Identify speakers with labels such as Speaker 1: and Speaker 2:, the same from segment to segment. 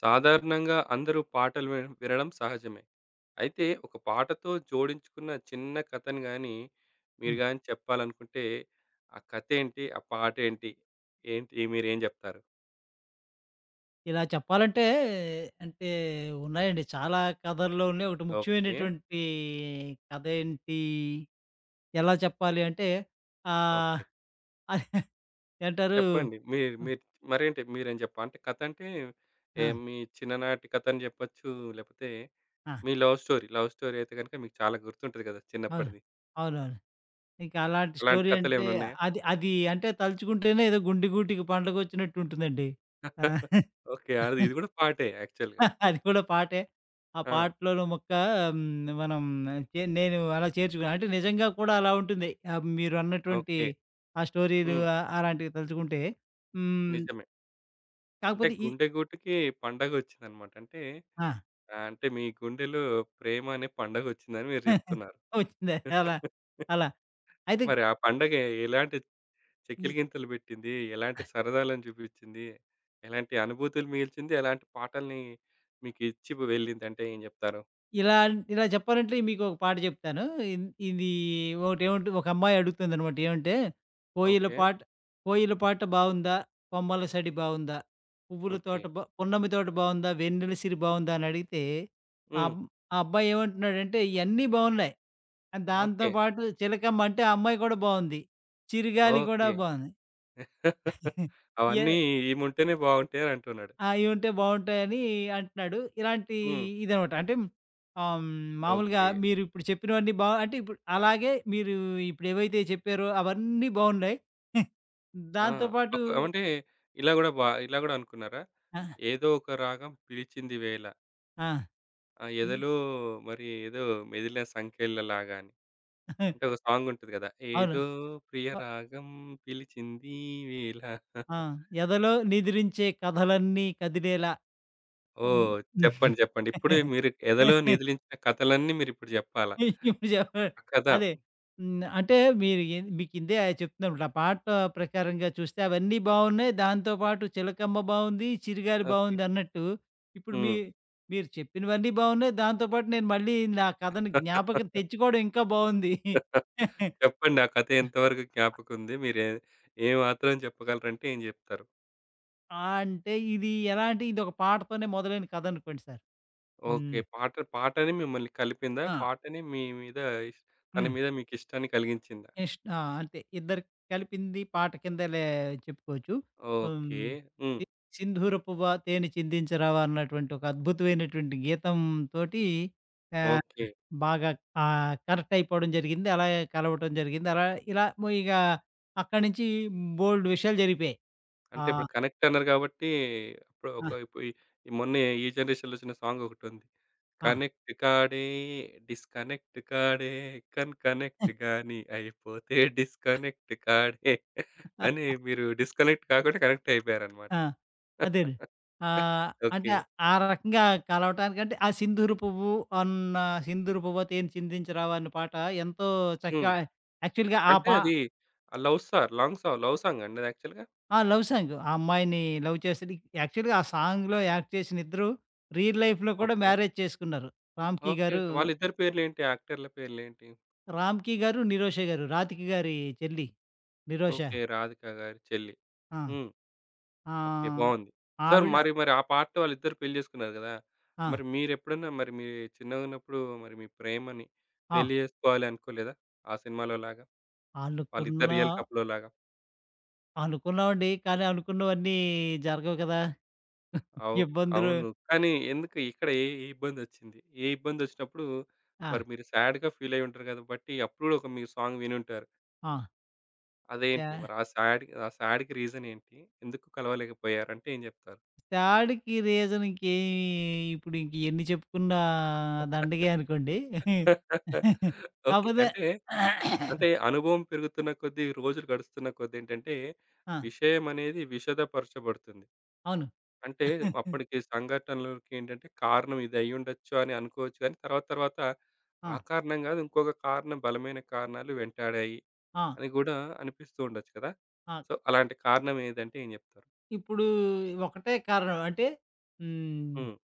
Speaker 1: సాధారణంగా అందరూ పాటలు వినడం సహజమే. అయితే ఒక పాటతో జోడించుకున్న చిన్న కథను గాని, మీరు
Speaker 2: హ్మ్.
Speaker 1: గాని చెప్పాలనుకుంటే, ఆ కథేంటి? ఆ పాటేంటి? ఏంటి మీరేం జెప్తారు?
Speaker 2: ఇలా చెప్పాలంటే అంటే ఉన్నాయండి. చాలా కథల్లోనే ఒకటి
Speaker 1: ఓకే.
Speaker 2: ముఖ్యమైనటువంటి కథ ఏంటి? ఎలా చెప్పాలి అంటే ఆహ్,
Speaker 1: ఓకే.
Speaker 2: ఏంటారు?
Speaker 1: చెప్పండి. మీరు
Speaker 2: హ్మ్.
Speaker 1: మీరు మరేంటి మీరేం జెప్ప అంటే కథంటే, ఏ
Speaker 2: ఆ!
Speaker 1: మీ చిన్ననాటి కథని జెప్పొచ్చు, లేపోతే
Speaker 2: ఆ!
Speaker 1: మీ లవ్ స్టోరీ. లవ్ స్టోరీ అయితే గనక మీకు చాలా గుర్తుంటది గదా!
Speaker 2: అవును.
Speaker 1: చిన్నప్పటిది.
Speaker 2: అవునవును. ఇంకా అలాంటి
Speaker 1: అలాంటి
Speaker 2: స్టోరీ అంటే
Speaker 1: కథలేమన్నున్నాయా?
Speaker 2: అది అది అంటే తలుచుకుంటేనే ఏదో గుండె గూటికి పండగొచ్చినట్టు ఉంటుందండి. ఆ!
Speaker 1: ఓకే. అది ఇది గూడా పాటే యాక్చువల్‌గా.
Speaker 2: అది కూడా పాటే. ఆ
Speaker 1: ఆ!
Speaker 2: పాటలోని ముక్క హ్మ్, మనం నేను అలా చేర్చుకున్నా. అంటే నిజంగా కూడా అలా ఉంటుంది. మీరన్నటువంటి
Speaker 1: ఓకే.
Speaker 2: ఆ స్టోరీలు
Speaker 1: హ్మ్.
Speaker 2: అలాంటివి తలుచుకుంటే. హ్మ్,
Speaker 1: నిజమే. అంటే
Speaker 2: కాకపోతే ఈ
Speaker 1: గుండె గూటుకి పండగొచ్చిందనమాట. అంటే
Speaker 2: ఆ!
Speaker 1: అంటే మీ గుండెలో ప్రేమ అనే పండగొచ్చిందని మీరు జెప్తున్నారు.
Speaker 2: వచ్చిందా అలా, అలా. అయితే
Speaker 1: మరి ఆ పండగ ఎలాంటి చెకిలి
Speaker 2: ఈ
Speaker 1: గింతలు బెట్టింది? ఎలాంటి సరదాలను జూపించింది? ఎలాంటి అనుభూతులు మిగిల్చింది? ఎలాంటి పాటల్ని మీకు ఇచ్చి వెళ్ళిందంటే ఏం జెప్తారు?
Speaker 2: ఇలా ఇలా చెప్పాలంటే మీకు ఒక పాట చెప్తాను. ఇది ఒకటేమంటే ఒక అమ్మాయి అడుగుతుందనమాట. ఏమంటే "కోయిల
Speaker 1: ఓకే.
Speaker 2: పాట కోయిల పాట బావుందా? కొమ్మల సడి బావుందా? పువ్వుల
Speaker 1: ఓకే.
Speaker 2: తోట బా పున్నమి తోట బావుందా? వెన్నెల సిరి బావుందా?" అని అడిగితే ఆ
Speaker 1: హ్మ్.
Speaker 2: అబ్ ఆ అబ్బాయి ఏమంటున్నాడంటే "ఇయన్నీ బావున్నాయి. దాంతో
Speaker 1: ఓకే.
Speaker 2: పాటు చిలకమ్మ అంటే ఆ అమ్మాయి కూడా బావుంది. చిరుగాలి కూడా
Speaker 1: ఓకే.
Speaker 2: బావుంది." ఏ
Speaker 1: అవన్నీ ఈముంటేనే బావుంటాయని అంటున్నాడు.
Speaker 2: ఆ! అయి ఉంటే బావుంటాయని అంటున్నాడు. ఇలాంటి
Speaker 1: హ్మ్.
Speaker 2: ఇదనమాట. అంటే ఆహ్, హ్మ్, మామూలుగా
Speaker 1: ఓకే.
Speaker 2: మీరిప్పుడు చెప్పినవన్నీ బా అంటే ఇప్పుడు అలాగే మీరు ఇప్పుడేవైతే చెప్పారో అవన్నీ బావున్నాయి.
Speaker 1: ఆ!
Speaker 2: దాంతో పాటు
Speaker 1: ఒక అంటే ఇలా గూడా బా ఇలా గూడా అనుకున్నారా?
Speaker 2: ఆ!
Speaker 1: ఏదో ఒక రాగం పిలిచింది వేళ
Speaker 2: ఆ!
Speaker 1: ఆ
Speaker 2: ఈ
Speaker 1: ఎదలో మరి ఏదో మెదిలిన సంకెళ్ళలాగా అని. అంటే ఒక సాంగ్ ఉంటది గదా!
Speaker 2: అవును.
Speaker 1: ఏదో ప్రియ
Speaker 2: ఒ
Speaker 1: రాగం పిలిచింది వేళ
Speaker 2: ఆ! "ఎదలో నిదిరించే కథలన్నీ కదిలేలా".
Speaker 1: ఓహ్!
Speaker 2: హ్మ్.
Speaker 1: చెప్పండి. చెప్పండి. ఇప్పుడు మీరు ఎదలో నిదిలించిన కథలన్నీ మీరిప్పుడు జెప్పాలా?
Speaker 2: ఇప్పుడు చెప్ప
Speaker 1: ఆ కథ
Speaker 2: అదే. హ్మ్. అంటే మీరు ఏన్ మీకిందే చెప్తున్నాను. ఆ పాట ప్రకారంగా చూస్తే అవన్నీ బావున్నాయి. దాంతో పాటు 'చిలకమ్మ' బావుంది, 'చిరుగాలి'
Speaker 1: ఓకే.
Speaker 2: బావుంది అన్నట్టు. ఇప్పుడు మీ
Speaker 1: హ్మ్.
Speaker 2: మీరు చెప్పినవన్నీ బావున్నాయి. దాంతో పాటు నేను మళ్ళీ నా కథని జ్ఞాపకం తెచ్చుకోవడం ఇంకా బావుంది.
Speaker 1: చెప్పండి. ఆ కథ ఎంతవరకు జ్ఞాపకం ఉంది? మీరు ఏ మాత్రం చెప్పగలరంటే ఏం జెప్తారు?
Speaker 2: ఆ! అంటే ఇది ఎలా అంటే ఇదొక పాటతోనే మొదలైన కథనుకోండి సార్.
Speaker 1: ఓకే.
Speaker 2: హ్మ్.
Speaker 1: పాట పాటని మిమ్మల్ని కలిపిందా?
Speaker 2: ఆ!
Speaker 1: పాటని మీ మీద ఇష్ తన
Speaker 2: హ్మ్.
Speaker 1: మీద మీకిష్టాన్ని కలిగించిందా?
Speaker 2: ఆ! అంతే. ఇద్దరికి కలిపింది పాట కిందలే చెప్పుకోవచ్చు. హ్మ్.
Speaker 1: ఓకే. హ్మ్.
Speaker 2: సి 'సింధూర పువ్వా తేనె చిందించరావా' అన్నటువంటి ఒక అద్భుతమైనటువంటి గీతం తోటి ఆహ్,
Speaker 1: ఓకే.
Speaker 2: బాగా కనెక్ట్ అయిపోవడం జరిగింది. అలాగే కలవటం జరిగింది. అలా ఇలా ఇగ అక్కడి నుంచి బోలెడు విషయాలు జరిగిపోయాయి. ఆ!
Speaker 1: అంటే ఇప్పుడు కనెక్ట్ అన్నారు గాబట్టి, ఇప్పుడు
Speaker 2: ఆ!
Speaker 1: ఒక ఈ ఈ మొన్న ఈ జనరేషన్‌లో ఒచ్చిన సాంగొకటుంది.
Speaker 2: ఆ!
Speaker 1: కనెక్ట్ కాడే, డిస్కనెక్ట్ కాడే, కనెక్ట్ గాని అయిపోతే డిస్కనెక్ట్ కాడే అని మీరు డిస్కనెక్ట్ కాకుండా కనెక్ట్ అయిపోయారన్నమాట.
Speaker 2: ఆ! అదేలే.
Speaker 1: ఓకే.
Speaker 2: అంటే ఆ రకంగా కలవటానికంటే ఆ 'సింధూర పువ్వు అన్న 'సింధూర పువ్వతేన చిందించరావా' అన్న పాట ఎంతో
Speaker 1: హ్మ్.
Speaker 2: చక్కగా యాక్చువల్‌గా ఆ
Speaker 1: అంటే
Speaker 2: పా
Speaker 1: అది love sir long song love సాంగా అండి అది యాక్చువల్‌గా?
Speaker 2: ఆ! Love song. ఆ అమ్మాయిని లవ్ చేస్తది. యాక్చువల్‌గా ఆ సాంగ్‌లో యాక్ట్ చేసిన ఇద్దరు రియల్ లైఫ్‌లో కూడా
Speaker 1: ఓకే.
Speaker 2: మ్యారేజ్ చేసుకున్నారు. 'రామ్‌కి'
Speaker 1: ఓకే.
Speaker 2: గారు
Speaker 1: ఓకే. వాళ్ళిద్దరి పేర్లేంటి? యాక్టర్‌ల పేర్లేంటి?
Speaker 2: 'రామ్‌కి' గారు, 'నిరోష' గారు 'రాధిక' గారి చెల్లి 'నిరోష.'
Speaker 1: ఓకే. 'రాధిక' గారి చెల్లి.
Speaker 2: ఆ!
Speaker 1: హ్మ్. ఓకే.
Speaker 2: ఆహ్,
Speaker 1: బావుంది. సార్
Speaker 2: ఆవిడ
Speaker 1: మరి మరి ఆ పాటలో వాళ్ళిద్దరు పెళ్లి చేసుకున్నారు గదా!
Speaker 2: ఆ!
Speaker 1: మరి మీరెప్పుడన్నా మరి మీ చిన్నగున్నప్పుడు మరి మీ ప్రేమని
Speaker 2: ఆ!
Speaker 1: పెళ్లి చేసుకోవాలి అనుకోలేదా? ఆ సినిమాలో లాగా? వాళ్ళిద్దరు
Speaker 2: అనుకున్నా
Speaker 1: రియల్ కపుల్‌లాగా?
Speaker 2: అనుకున్నామండి. కానీ అనుకున్నవన్నీ జరగవు కదా!
Speaker 1: అవు
Speaker 2: ఇబ్బందులు
Speaker 1: అవును. కానీ ఎందుకు ఇక్కడ ఏ ఏ ఇబ్బందొచ్చింది? ఏ ఇబ్బందొచ్చినప్పుడు
Speaker 2: ఆ!
Speaker 1: మరి మీరు సాడ్‌గా ఫీలయ్యి ఉంటారు కాబట్టి అప్పుడు గూడా ఒక మీరు సాంగ్ వినుంటారు.
Speaker 2: ఆ! త్యా
Speaker 1: అదేంటి? మరి ఆ సాడ్‌కి రీజన్ ఏంటి? ఎందుకు కలవలేకపోయారు అంటే ఏం జెప్తారు?
Speaker 2: త్యాడికి రీజన్ ఇంకేమి, ఇప్పుడు ఇంక ఎన్ని చెప్పుకున్నా దండగే అనుకోండి.
Speaker 1: ఓకే.
Speaker 2: కాపోతే
Speaker 1: అంటే, అంటే అనుభవం పెరుగుతున్న కొద్దీ, రోజులు గడుస్తున్న కొద్దీ ఏంటంటే,
Speaker 2: ఆ!
Speaker 1: విషయం అనేది విషదపరచబడుతుంది.
Speaker 2: అవును.
Speaker 1: అంటే అప్పటికి సంఘటనలకి ఏంటంటే, కారణం ఇది అయ్యుండొచ్చు అని అనుకోవచ్చు గానీ, తర్వాత తర్వాత
Speaker 2: ఆ!
Speaker 1: ఆ కారణం గాదు, ఇంకొక కారణం బలమైన కారణాలు వెంటాడాయి
Speaker 2: ఆ!
Speaker 1: అని గూడా అనిపిస్తూ ఉండొచ్చు కదా!
Speaker 2: ఆ!
Speaker 1: సో, అలాంటి కారణం ఏదంటే ఏం జెప్తారు?
Speaker 2: ఇప్పుడు ఒకటే కారణం. అంటే హ్మ్.
Speaker 1: హ్మ్.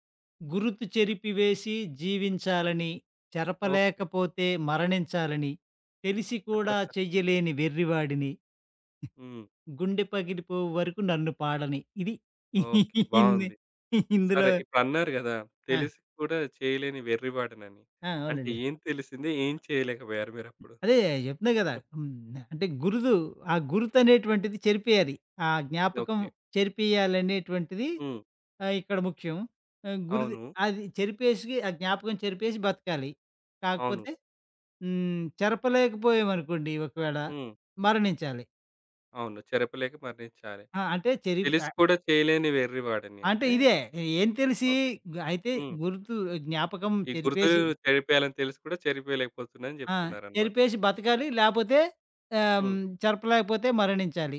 Speaker 2: గురుతు చెరిపివేసి జీవించాలని,
Speaker 1: ఓకే.
Speaker 2: చెరపలేకపోతే మరణించాలని, తెలిసి కూడా చెయ్యలేని వెర్రివాడిని
Speaker 1: హ్మ్.
Speaker 2: గుండె పగిలిపోవు వరకు నన్ను పాడని. ఇది
Speaker 1: ఓకే.
Speaker 2: ఇన్ని
Speaker 1: బావుంది.
Speaker 2: ఇందులో
Speaker 1: సరే. ఇప్పుడన్నారు గదా!
Speaker 2: ఆ!
Speaker 1: తెలిసి కూడా చేయలేని వెర్రివాడినని.
Speaker 2: ఆ!
Speaker 1: అంటే
Speaker 2: అవునండి.
Speaker 1: ఏం తెలిసింది? ఏం చేయలేకపోయారు మీరప్పుడు?
Speaker 2: అదే చెప్తున్నా కదా! హ్మ్. అంటే ఆ గుర్తనేటువంటిది చెరిపేయాలి. ఆ జ్ఞాపకం
Speaker 1: ఓకే.
Speaker 2: చెరిపేయాలనేటువంటిది
Speaker 1: హ్మ్.
Speaker 2: ఇక్కడ ముఖ్యం. ఆహ్, గురిది
Speaker 1: అవును.
Speaker 2: అది చెరిపేసి ఆ జ్ఞాపకం చెరిపేసి బతకాలి.
Speaker 1: అవును.
Speaker 2: కాకపోతే హ్మ్. చెరపలేకపోయామనుకోండి ఒకవేళ
Speaker 1: హ్మ్.
Speaker 2: మరణించాలి.
Speaker 1: అవును. చెరపలేక మరణించాలి.
Speaker 2: ఆ!
Speaker 1: తెలిసి కూడా చేయలేని వెర్రివాడిని
Speaker 2: అంటే
Speaker 1: అంటే
Speaker 2: ఇదే ఏం తెలిసి
Speaker 1: ఓకే.
Speaker 2: గు- అయితే
Speaker 1: హ్మ్.
Speaker 2: గుర్తు, జ్ఞాపకం
Speaker 1: ఈ గుర్తులు
Speaker 2: చెరిపేసి
Speaker 1: చెరిపేయాలని తెలిసి కూడా చెరిపేయలేకపోతున్నా అని
Speaker 2: ఆ!
Speaker 1: జెప్తున్నారనమాట.
Speaker 2: చెరిపేసి బతకాలి. లేపోతే ఆహ్, హ్మ్,
Speaker 1: హ్మ్.
Speaker 2: చెరపలేకపోతే మరణించాలి.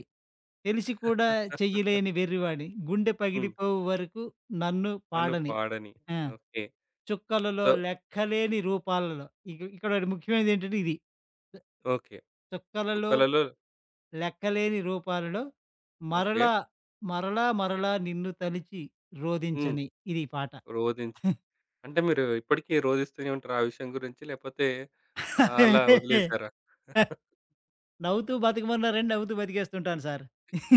Speaker 2: తెలిసి
Speaker 1: హ్మ్.
Speaker 2: కూడా చెయ్యలేని వెర్రివాడిని. గుండె పగిలిపోవు వరకు నన్ను
Speaker 1: మను
Speaker 2: పాడని.
Speaker 1: పాడని.
Speaker 2: ఆ!
Speaker 1: ఓకే.
Speaker 2: చుక్కలలో
Speaker 1: సో
Speaker 2: లెక్కలేని రూపాలలో. ఇక ఇక్కడ ఒకటి ముఖ్యమైనది ఏంటంటే ఇది. చు
Speaker 1: ఓకే.
Speaker 2: చుక్కలలో
Speaker 1: చుక్కలలో
Speaker 2: లెక్కలేని రూపాలలో
Speaker 1: ఓకే.
Speaker 2: మరలా, మరలా నిన్ను తలిచి
Speaker 1: హ్మ్.
Speaker 2: రోదించని. ఇది ఈ పాట.
Speaker 1: రోదించని. అంటే మీరు ఇప్పటికి రోదిస్తూనే ఉంటారా ఆ విషయం గురించి? లేపోతే అలా వదిలేసారా?
Speaker 2: నవ్వుతూ బతకమన్నారండి. నవ్వుతూ బతికేస్తుంటాను సార్.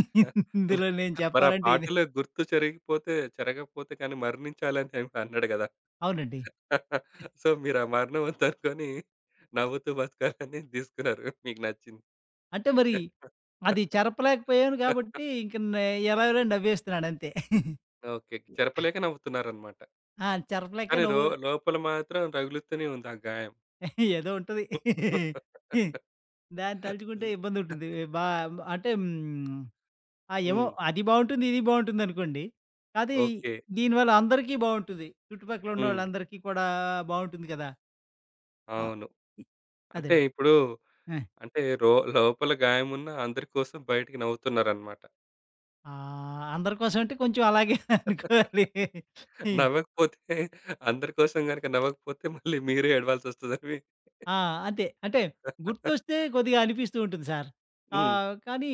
Speaker 2: ఇందులో నేను
Speaker 1: మరి ఆ
Speaker 2: చెప్పాలంటే ఇదే.
Speaker 1: పాటలో గుర్తు చెరిగిపోతే చెరగకపోతే కానీ మరణించాలని ఆయన అన్నాడు గదా!
Speaker 2: అవునండి.
Speaker 1: సో, మీరు ఆ మరణం వద్దనుకోని నవ్వుతూ బతకాలని తీసుకున్నారు. మీకు నచ్చింది.
Speaker 2: అంటే మరి అది చెరపలేకపోయాను కాబట్టి ఇంక నే ఎలాగోలా నవ్వేస్తున్నాను అంతే.
Speaker 1: ఓకే. చెరపలేక నవ్వుతున్నారనమాట.
Speaker 2: ఆ! చెరపలేక
Speaker 1: కానీ
Speaker 2: నవ్వు
Speaker 1: లోపల మాత్రం రగులుతూనే ఉంది ఆ గాయం.
Speaker 2: ఏదో ఉంటది. దాన్ని తలుచుకుంటే ఇబ్బందుంటుంది. బా అంటే హ్మ్. ఆ! ఏమో
Speaker 1: హ్మ్.
Speaker 2: అది బావుంటుంది, ఇది బావుంటుందనుకోండి. అది
Speaker 1: ఓకే.
Speaker 2: దీనివల్ల అందరికీ బావుంటుంది. చుట్టుపక్కల
Speaker 1: హ్మ్.
Speaker 2: ఉన్నోళ్ళందరికీ కూడా బావుంటుంది కదా! ఆ!
Speaker 1: అవును.
Speaker 2: ఇ
Speaker 1: అంటే
Speaker 2: అదండి.
Speaker 1: ఇప్పుడు
Speaker 2: ఆ!
Speaker 1: అంటే లోపల గాయమున్న అందరి కోసం బయటికి నవ్వుతున్నారనమాట.
Speaker 2: ఆ! అందరి కోసం అంటే కొంచెం అలాగే అనుకోవాలి.
Speaker 1: నవ్వకపోతే అందరి కోసం గనుక నవ్వకపోతే మళ్ళీ మీరే ఏడవాల్సొస్తదని
Speaker 2: ఆ! అంతే. అంటే గుర్తొస్తే కొద్దిగా అనిపిస్తూ ఉంటుంది సార్.
Speaker 1: హ్మ్.
Speaker 2: కానీ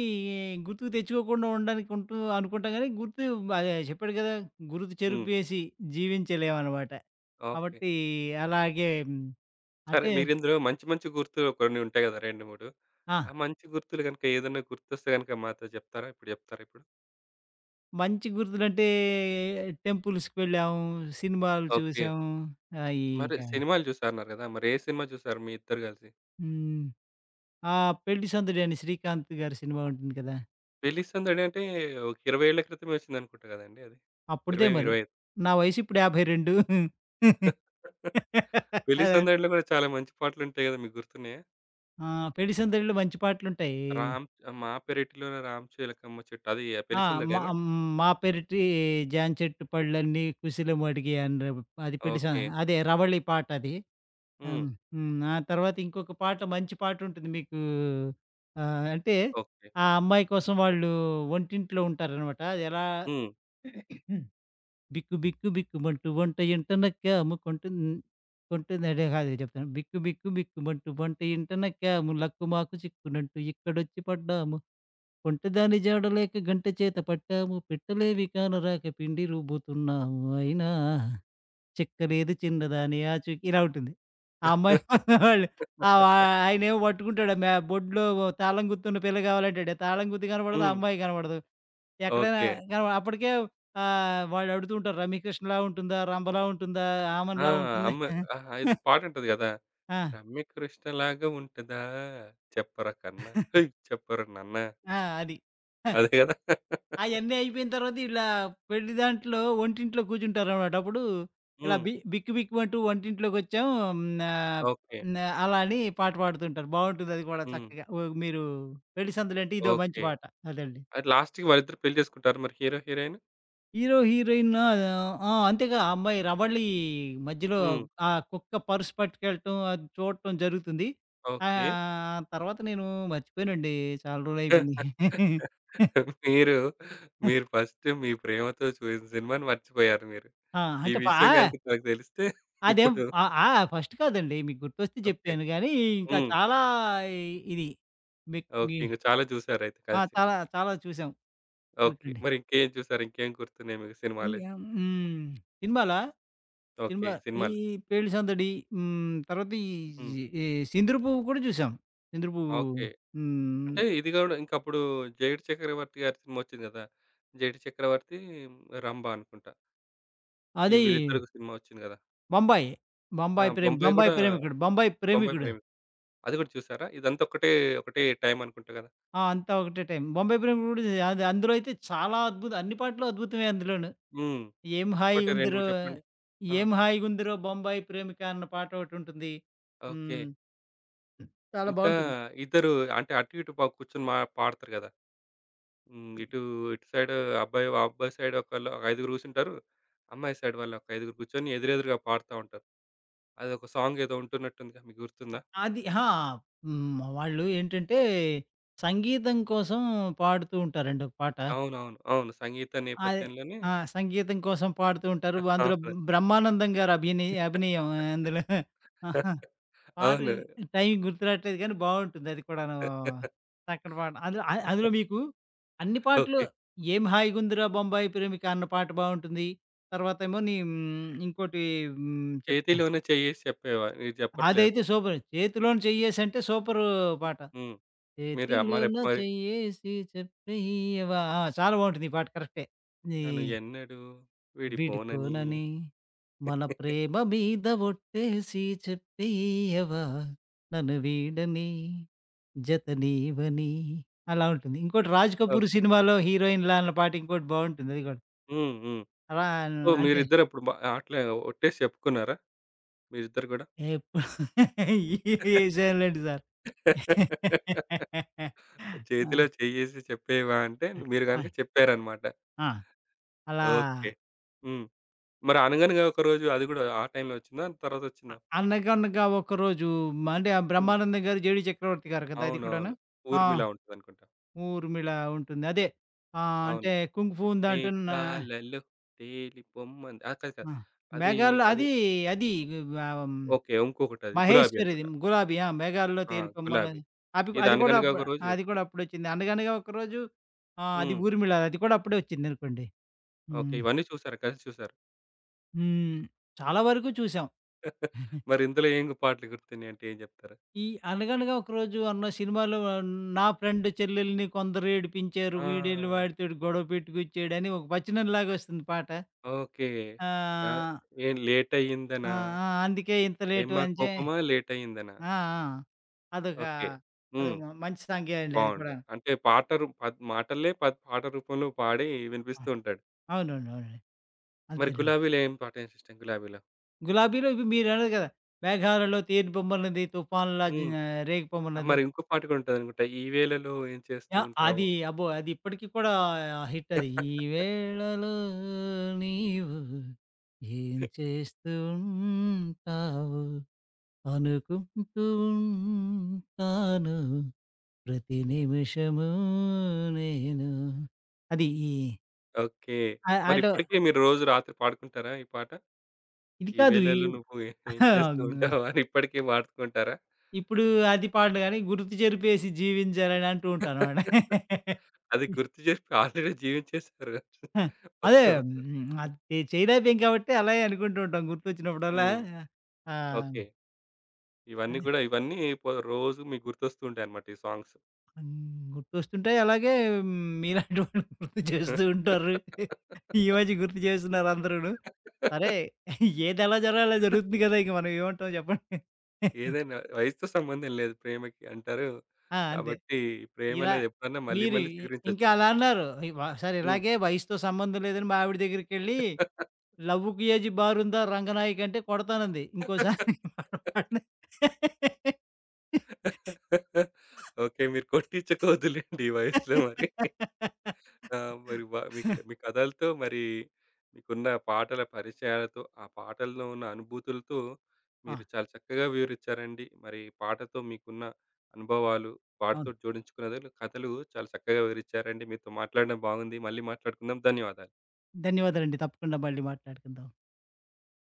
Speaker 2: గుర్తుకు తెచ్చుకోకుండా ఉండడానికి ఉంటూ అనుకుంటాం గానీ, గుర్తు అదే చెప్పాడు కదా! గుర్తు
Speaker 1: హ్మ్.
Speaker 2: చెరిపేసి జీవించలేమనమాట.
Speaker 1: ఓకే.
Speaker 2: కాబట్టి అలాగే హ్మ్,
Speaker 1: సరే
Speaker 2: అంటే
Speaker 1: మీరిందులో మంచి మంచి గుర్తులు కొన్ని ఉంటాయి గదా! 2, 3
Speaker 2: ఆ!
Speaker 1: ఆ మంచి గుర్తులు గనుక ఏదన్నా గుర్తొస్తే గనుక మాతో జెప్తారా? ఇప్పుడు జెప్తారా ఇప్పుడు?
Speaker 2: మంచి గుర్తులంటే టెంపుల్స్‌కి వెళ్ళాము, సినిమాలు
Speaker 1: ఓకే.
Speaker 2: చూసాము.
Speaker 1: మరి
Speaker 2: ఇక
Speaker 1: సినిమాలు జూసా అన్నారు గదా! మరి ఏ సినిమా జూసారు మీ ఇద్దరు గలిసి?
Speaker 2: హ్మ్. ఆ! 'పెళ్లి సందడి' అని శ్రీకాంత్ గారి సినిమా ఉంటుంది కదా!
Speaker 1: 'పెళ్లి సందడి' అంటే ఒక 20 ఏళ్ల క్రితమే ఒచ్చిందనుకుంటా గదండీ అది.
Speaker 2: అప్పుడిదే
Speaker 1: 20,
Speaker 2: మరి.
Speaker 1: 25.
Speaker 2: నా వయసు ఇప్పుడు 52.
Speaker 1: పెళ్లి
Speaker 2: అదే.
Speaker 1: సందడిలో గూడా చాలా మంచి పాటలుంటాయి గదా! మీకు గుర్తున్నాయా?
Speaker 2: ఆ! 'పెళ్లి సందడిలో' మంచి పాటలుంటాయి.
Speaker 1: రామ్ మా పెరటిలోన రామ చిలకమ్మ చెట్టు అది ఆ
Speaker 2: ఆ!
Speaker 1: పెళ్లి
Speaker 2: మా
Speaker 1: సందడేనా?
Speaker 2: మా పెరటి చెట్టు పళ్ళన్నీ కుశలమడిగే అని అది పెళ్లి సం
Speaker 1: ఓకే.
Speaker 2: అదే 'రవళి' పాటది.
Speaker 1: హ్మ్.
Speaker 2: హ్మ్. హ్మ్. ఆ తర్వాత ఇంకొక పాట మంచి పాటుంటుంది మీకు. అంటే
Speaker 1: ఓకే.
Speaker 2: ఆ అమ్మాయి కోసం వాళ్ళు ఒంటింట్లో ఉంటారనమాట. అది ఎలా
Speaker 1: హ్మ్.
Speaker 2: బిక్కు బిక్కు బిక్కుమంటూ వంట ఇంట నక్కాము కొంటున్నడే కాదు చెప్తాను. బిక్కు బిక్కు బిక్కుమంటూ వంట ఇంట నక్కాము లక్కుమాకు చిక్కునంటూ ఇక్కడొచ్చి పడ్డాము. ఒంటెదాని జాడలేక గంటె చేత పట్టాము. పిట్టలేవి కానరాక పిండి రుబ్బుతున్నాము అయినా చిక్కలేదు చిన్నదాని ఆచూకీ ఇలా ఉంటుంది. ఆ అమ్మాయి వాళ్ళు ఆహ్,
Speaker 1: హ్మ్.
Speaker 2: ఆయనేమో పట్టుకుంటాడు మే బొడ్లో తాళం గుర్తున్న పిల్ల కావాలంటాడు. తాళం గుర్తు కనపడదు, ఆ అమ్మాయి కనపడదు. ఎక్కడైనా
Speaker 1: ఓకే.
Speaker 2: కనప అప్పటికే వాళ్ళు అడుగుతూ ఉంటారు. రమ్యకృష్ణలా ఉంటుందా? రంభలా ఉంటుందా?
Speaker 1: ఆ!
Speaker 2: ఆమన్‌లా ఉంటుంది.
Speaker 1: అమ్మ ఆహా! ఇది పాటుంటది గదా!
Speaker 2: ఆ!
Speaker 1: రమ్య కృష్ణలాగా ఉంటదా చెప్పరా కన్నా హేయ్! చెప్పరా నాన్న
Speaker 2: ఆ! అది.
Speaker 1: అదే గదా! హ్మ్.
Speaker 2: అయన్నీ అయిపోయిన తర్వాత ఇలా పెళ్లి దాంట్లో ఒంటింట్లో కూర్చుంటారనమాట. అప్పుడు ఇలా బిక్కు బిక్కుమంటూ వంటింట్లోకొచ్చాం నా
Speaker 1: ఓకే.
Speaker 2: నా అలా అని పాట పాడుతుంటారు. బావుంటుంది అది కూడా
Speaker 1: హ్మ్.
Speaker 2: చక్కగా. ఓ మీరు పెళ్లి సందడంటే ఇదో మంచి
Speaker 1: ఓకే.
Speaker 2: పాట. అదండి.
Speaker 1: అది లాస్ట్‌కి వాళ్ళిద్దరు పెళ్లి చేసుకుంటారు మరి హీరో, హీరోయిన్?
Speaker 2: Hero, heroine. ఆ! అంతేగా. ఆ అమ్మాయి రవళి మధ్యలో
Speaker 1: హ్మ్.
Speaker 2: ఆ కుక్క పర్స్ పట్టుకెళ్ళటం అది చూడటం జరుగుతుంది.
Speaker 1: ఓకే.
Speaker 2: తర్వాత నేను మర్చిపోయానండి, చాలా రోజులైపోయింది.
Speaker 1: మీరు, మీరు ఫస్ట్ మీ ప్రేమతో చూసిన సినిమాని మర్చిపోయారు మీరు.
Speaker 2: ఆ!
Speaker 1: ఈ
Speaker 2: అంటే పా
Speaker 1: విషయం గనుక నాకు తెలిస్తే
Speaker 2: అదేం
Speaker 1: ఇప్పుడు
Speaker 2: ఆ! ఆ! ఫస్ట్ కాదండి. మీకు గుర్తొస్తే
Speaker 1: ఓకే.
Speaker 2: చెప్పాను గానీ, ఇంకా
Speaker 1: హ్మ్.
Speaker 2: చాలా ఇ ఇది మిక్
Speaker 1: ఓకే.
Speaker 2: గి
Speaker 1: ఇంక చాలా చూసారైతే
Speaker 2: ఆ!
Speaker 1: కలిసి.
Speaker 2: చాలా, చాలా చూసాం
Speaker 1: ఓకే.
Speaker 2: అనుకోండి.
Speaker 1: మరి ఇంకేం చూసారు? ఇంకేం గుర్తున్నాయి మీకు
Speaker 2: ఇంగ
Speaker 1: సినిమాలు?
Speaker 2: హ్మ్. సినిమాలా?
Speaker 1: ఓకే.
Speaker 2: సినిమా ఈ
Speaker 1: సినిమాలు.
Speaker 2: 'పెళ్లి సందడి'. హ్మ్. తర్వాత ఈ
Speaker 1: హ్మ్.
Speaker 2: ఈ 'సింధూర పువ్వు' కూడా చూసాం. 'సింధూర పువ్వు'.
Speaker 1: ఓకే.
Speaker 2: హ్మ్.
Speaker 1: అంటే ఇది గూడా ఇంకప్పుడు 'జైడు చక్రవర్తి' గారి సినిమా ఒచ్చింది గదా! 'జైడు చక్రవర్తి', 'రంభా' అనుకుంటా. ఈ
Speaker 2: అది
Speaker 1: వీళ్ళిద్దరికి సినిమా ఒచ్చింది గదా!
Speaker 2: 'బొంబాయి'.
Speaker 1: ఆ! 'బొంబాయి' గూడా
Speaker 2: 'బొంబాయి
Speaker 1: 'బొంబాయి
Speaker 2: ప్రేమికుడు'.
Speaker 1: ప్రేమ'. అది గూడా చూసారా? ఇదంతా ఒకటే, ఒకటే టైం అనుకుంటా గదా!
Speaker 2: ఆ! అంతా ఒకటే టైం. 'బొంబాయి ప్రేమికుడు' కూడా చూసా. అది, అందులో అయితే చాలా అద్భుతం, అన్ని పాటలు అద్భుతమే అందులోను.
Speaker 1: హ్మ్.
Speaker 2: ఏం
Speaker 1: ఒకటి 2
Speaker 2: హాయిగుందిరో,
Speaker 1: చెప్పండి. ఆ!
Speaker 2: "ఏం హాయిగుందిరో బొంబాయి ప్రేమిక" అన్న పాటొకటి ఉంటుంది.
Speaker 1: ఓకే.
Speaker 2: హ్మ్. చాలా
Speaker 1: ఇంకా
Speaker 2: బావుంటుంది.
Speaker 1: ఇద్దరు అంటే అటు ఇటు ప కూర్చొని మా పాడతారు గదా! హ్మ్. ఇటు ఇటు సైడు అబ్బాయి, అబ్బాయి సైడ్ ఒకళ్ళు ఒక ఐదుగురు కూర్చుంటారు. అమ్మాయి సైడ్ వాళ్ళు ఒక ఐదుగురు కూర్చొని ఎదురెదురుగా పాడుతా ఉంటారు. అదొక సాంగ్ ఏదో ఉంటున్నట్టుందిగా మీకు
Speaker 2: అ
Speaker 1: గుర్తుందా?
Speaker 2: అది అహా! హ్మ్. వాళ్ళు ఏంటంటే, సంగీతం కోసం పాడుతూ ఉంటారండి ఒక పాట.
Speaker 1: అవునవును. అవును. అవును సంగీత
Speaker 2: అదే.
Speaker 1: నేపథ్యంలోనే
Speaker 2: ఆ! సంగీతం కోసం పాడుతూ ఉంటారు. అందులో
Speaker 1: అవును.
Speaker 2: బ్రహ్మానందం గారి అభినయం అందులో. పాట
Speaker 1: అవును.
Speaker 2: టైమింగ్ గుర్తు రాట్లేదు గానీ బావుంటుంది అది కూడాను. చక్కటి పాట. అందులో మీకు అన్ని పాటలు
Speaker 1: ఓకే.
Speaker 2: "ఏం హాయిగుందిరా బొంబాయి ప్రేమిక" అన్న పాట బావుంటుంది. తర్వాతేమోని హ్మ్, ఇంకోటి హ్మ్, చెప్తా.
Speaker 1: చేతిలోనే చెయ్యేసి చెప్పేవా మీరు
Speaker 2: అదైతే
Speaker 1: చెప్పట్లేదసలు.
Speaker 2: సూపర్. "చేతిలోన చెయ్యేసంటే" సూపరు పాట.
Speaker 1: హ్మ్. మీరా
Speaker 2: "చేతిలోన
Speaker 1: మరెప్ మరి
Speaker 2: చెయ్యేసి చెప్పెయ్యవా" ఆ! చాలా బావుంటుంది ఈ పాట కరెక్టే. ఈ
Speaker 1: నన్ను ఎన్నడూ విడిపోనని
Speaker 2: విడిపోనని, మన ప్రేమ మీద ఒట్టేసి చెప్పేయవా, నన్ను వీడని జత నీవని అలా ఉంటుంది. ఇంకోటి 'రాజ్ కపూర్'
Speaker 1: ఓకే.
Speaker 2: సినిమాలో హీరోయిన్‌లా అన్న పాట ఇంకోటి బావుంటుంది అది గూడా.
Speaker 1: హ్మ్. హ్మ్.
Speaker 2: అలా
Speaker 1: సో,
Speaker 2: అంటే
Speaker 1: మీరిద్దరప్పుడు మ అట్లా ఒట్టేసి చెప్పుకున్నారా? మీరిద్దరు గూడా?
Speaker 2: ఎప్పుడు ఏశానులెండి సార్. ఆ!
Speaker 1: చేతిలో చెయ్యేసి చెప్పేవా అంటే మీరు
Speaker 2: ఆ!
Speaker 1: గనక చెప్పారన్నమాట.
Speaker 2: ఆ! అలా
Speaker 1: ఓకే. హ్మ్. మరి అనగనగా ఒక రోజు అది గూడా ఆ టైంలో ఒచ్చిందా?
Speaker 2: అ
Speaker 1: తర్వాతొచ్చిందా?
Speaker 2: అనగనగా ఒకరోజు అంటే ఆ
Speaker 1: హ్మ్.
Speaker 2: బ్రహ్మానందం గారు, 'జేడి చక్రవర్తి' గారు కదా! అది కూడాను.
Speaker 1: అవునవును.
Speaker 2: ఆ!
Speaker 1: ఊర్మిళ ఉంటదనుకుంటా.
Speaker 2: ఊర్మిళ ఉంటుంది. అదే.
Speaker 1: అవును.
Speaker 2: అంటే కుంగ్ ఫూ దాంట్లోన
Speaker 1: మేఘాలలో తేలి పొమ్మంది. ఆ! కాదు. కాదు.
Speaker 2: ఆ!
Speaker 1: అది
Speaker 2: 'మేఘాల్లో'
Speaker 1: అది
Speaker 2: అది, అది ఆహ్, హ్మ్,
Speaker 1: ఓకే. ఇంకొకటది. 'గులాబీ'
Speaker 2: 'మహేశ్వరిది'
Speaker 1: అనుకుంటా.
Speaker 2: 'గులాబీ' ఆ! 'మేఘాల్లో
Speaker 1: ఆ! 'గులాబీ.'
Speaker 2: తేలిపొమ్మన్నది' అది
Speaker 1: ఇది
Speaker 2: అది కూడా
Speaker 1: అనగనగా
Speaker 2: అప్పుడు
Speaker 1: ఒక రోజు
Speaker 2: అది
Speaker 1: వేరు.
Speaker 2: కూడా అప్పుడొచ్చింది. 'అనగనగా ఒకరోజు' ఆ! అది
Speaker 1: హ్మ్.
Speaker 2: 'ఊర్మిళ' అది కూడా అప్పుడే వచ్చిందనుకోండి.
Speaker 1: ఓకే.
Speaker 2: హ్మ్.
Speaker 1: ఇవన్నీ చూసారా? కలిసి చూసారా?
Speaker 2: హ్మ్. చాలా వరకు చూసాం.
Speaker 1: మరి ఇందులో ఏం పాటలు గుర్తున్నాయి అంటే ఏం చెప్తారు?
Speaker 2: ఈ 'అనగనగా ఒకరోజు' అన్న సినిమాలో నా ఫ్రెండ్ చెల్లెల్ని కొందరు ఏడిపించారు. వీడెళ్ళి
Speaker 1: ఆ!
Speaker 2: వాడితోటి గొడవ పెట్టుకొచ్చాడని ఒక వచనంలాగా వస్తుంది పాట.
Speaker 1: ఓకే. ఆ!
Speaker 2: ఆ!
Speaker 1: ఏం లేట్
Speaker 2: ఆ!
Speaker 1: అయిందనా?
Speaker 2: ఆ! అందుకే ఇంత లేటు
Speaker 1: ఏమ్మా
Speaker 2: అని చే
Speaker 1: కోపమా లేట్ అయిందనా?
Speaker 2: ఆ! ఆ! అదొక
Speaker 1: ఓకే.
Speaker 2: అది
Speaker 1: హ్మ్.
Speaker 2: మంచి సంజ్ఞే అండి అది
Speaker 1: బాగుంది.
Speaker 2: కూడా.
Speaker 1: అంటే పాట రూ పద్ మాటల్లే పద్ పాట రూపంలో పాడి
Speaker 2: ఆ,
Speaker 1: వినిపిస్తూ ఉంటాడు.
Speaker 2: అవునండి. అవునండి.
Speaker 1: మరి
Speaker 2: అంతేనండి.
Speaker 1: 'గులాబీలో' ఏం పాట ఏం ఇష్టం 'గులాబీలో'?
Speaker 2: 'గులాబీలో' ఇవి మీరన్నారు కదా! 'మేఘాలలో తేనె బొమ్మలున్నది, తుఫానులా
Speaker 1: హ్మ్.
Speaker 2: జిన
Speaker 1: ఆ!
Speaker 2: రేగిపొమ్మలున్నది.'
Speaker 1: మరి ఇంకో పాట కూడా ఉంటదనుకుంటా. ఈ వేళలో ఏం చేస్తూ
Speaker 2: యాహ్! అది
Speaker 1: ఉంటావో?
Speaker 2: అబ్బో! అది ఇప్పటికి కూడా హిట్ అది. ఈ వేళలో నీవు ఏం చేస్తూ ఉంటావు అనుకుంటూ ఉంటాను. ప్రతి నిమిషము నేను అది ఈ
Speaker 1: ఓకే.
Speaker 2: ఆ
Speaker 1: మరి
Speaker 2: ఆడో
Speaker 1: ఇప్పటికీ మీరు రోజు రాత్రి పాడుకుంటారా ఈ పాట?
Speaker 2: ఇది
Speaker 1: ఈ
Speaker 2: కాదు. ఈ
Speaker 1: వేళలో నువ్వు ఏం చేస్తూ ఉంటావో అని ఇప్పటికీ పాడుకుంటారా?
Speaker 2: ఇప్పుడు అది పాడను గానీ, గుర్తు చెరిపేసి జీవించాలని అంటూ ఉంటానమాట.
Speaker 1: అది గుర్తు జేసి ఆల్రెడీ జీవించేసారు.
Speaker 2: ఆ! అదే
Speaker 1: మొత్తం.
Speaker 2: హ్మ్. అది చేయలేకపోయాం కాబట్టి అలాగే అనుకుంటూ ఉంటాం గుర్తొచ్చినప్పుడల్లా.
Speaker 1: హ్మ్.
Speaker 2: ఆ!
Speaker 1: ఓకే. ఇవన్నీ పో రోజు మీకు గుర్తొస్తూ ఉంటాయన్నమాట ఈ సాంగ్స్.
Speaker 2: హ్మ్. గుర్తొస్తుంటాయి. అలాగే హ్మ్. మీలాంటి వాళ్ళు గుర్తు చేస్తూ ఉంటారు. ఈ మధ్య గుర్తు చేస్తున్నారు అందరూను. సరే, ఏదెలా జరగాలో అలా జరుగుతుంది కదా! ఇంక మనం ఏమంటాం చెప్పండి.
Speaker 1: ఏదైనా వయసుతో సంబంధం లేదు ప్రేమకి అంటారు.
Speaker 2: ఆ! అంతే.
Speaker 1: కాబట్టి ప్రేమ
Speaker 2: ఇలా
Speaker 1: అనేది ఎప్పుడన్నా మళ్ళీ
Speaker 2: మీరు
Speaker 1: మళ్ళీ
Speaker 2: ఇంకా
Speaker 1: చిగురించొచ్చు.
Speaker 2: అలా అన్నారు. ఒకసారి
Speaker 1: హ్మ్.
Speaker 2: ఇలాగే వయసుతో సంబంధం లేదని మా ఆవిడ దగ్గరికెళ్ళి లవ్వుకి ఏజ్ బారుందా రంగనాయకి అంటే కొడతానంది. ఇంకోసారి పడని
Speaker 1: ఓకే. మీరు కొట్టించుకోవద్దులెండి ఈ వయసులో మరి. ఆ! మరి వ మీ మీ కథలతో మరి మీకున్న పాటల పరిచయాలతో, ఆ పాటల్లో ఉన్న అనుభూతులతో
Speaker 2: ఆ!
Speaker 1: మీరు చాలా చక్కగా వివరించారండి. మరి పాటతో మీకున్న అనుభవాలు,
Speaker 2: అవును.
Speaker 1: వాటితోటి జోడించుకున్నది కథలు చాలా చక్కగా వివరించారండి. మీతో మాట్లాడడం బాగుంది. మళ్ళీ మాట్లాడుకుందాం. ధన్యవాదాలు.
Speaker 2: ధన్యవాదాలండి. తప్పకుండా మళ్ళీ మాట్లాడుకుందాం.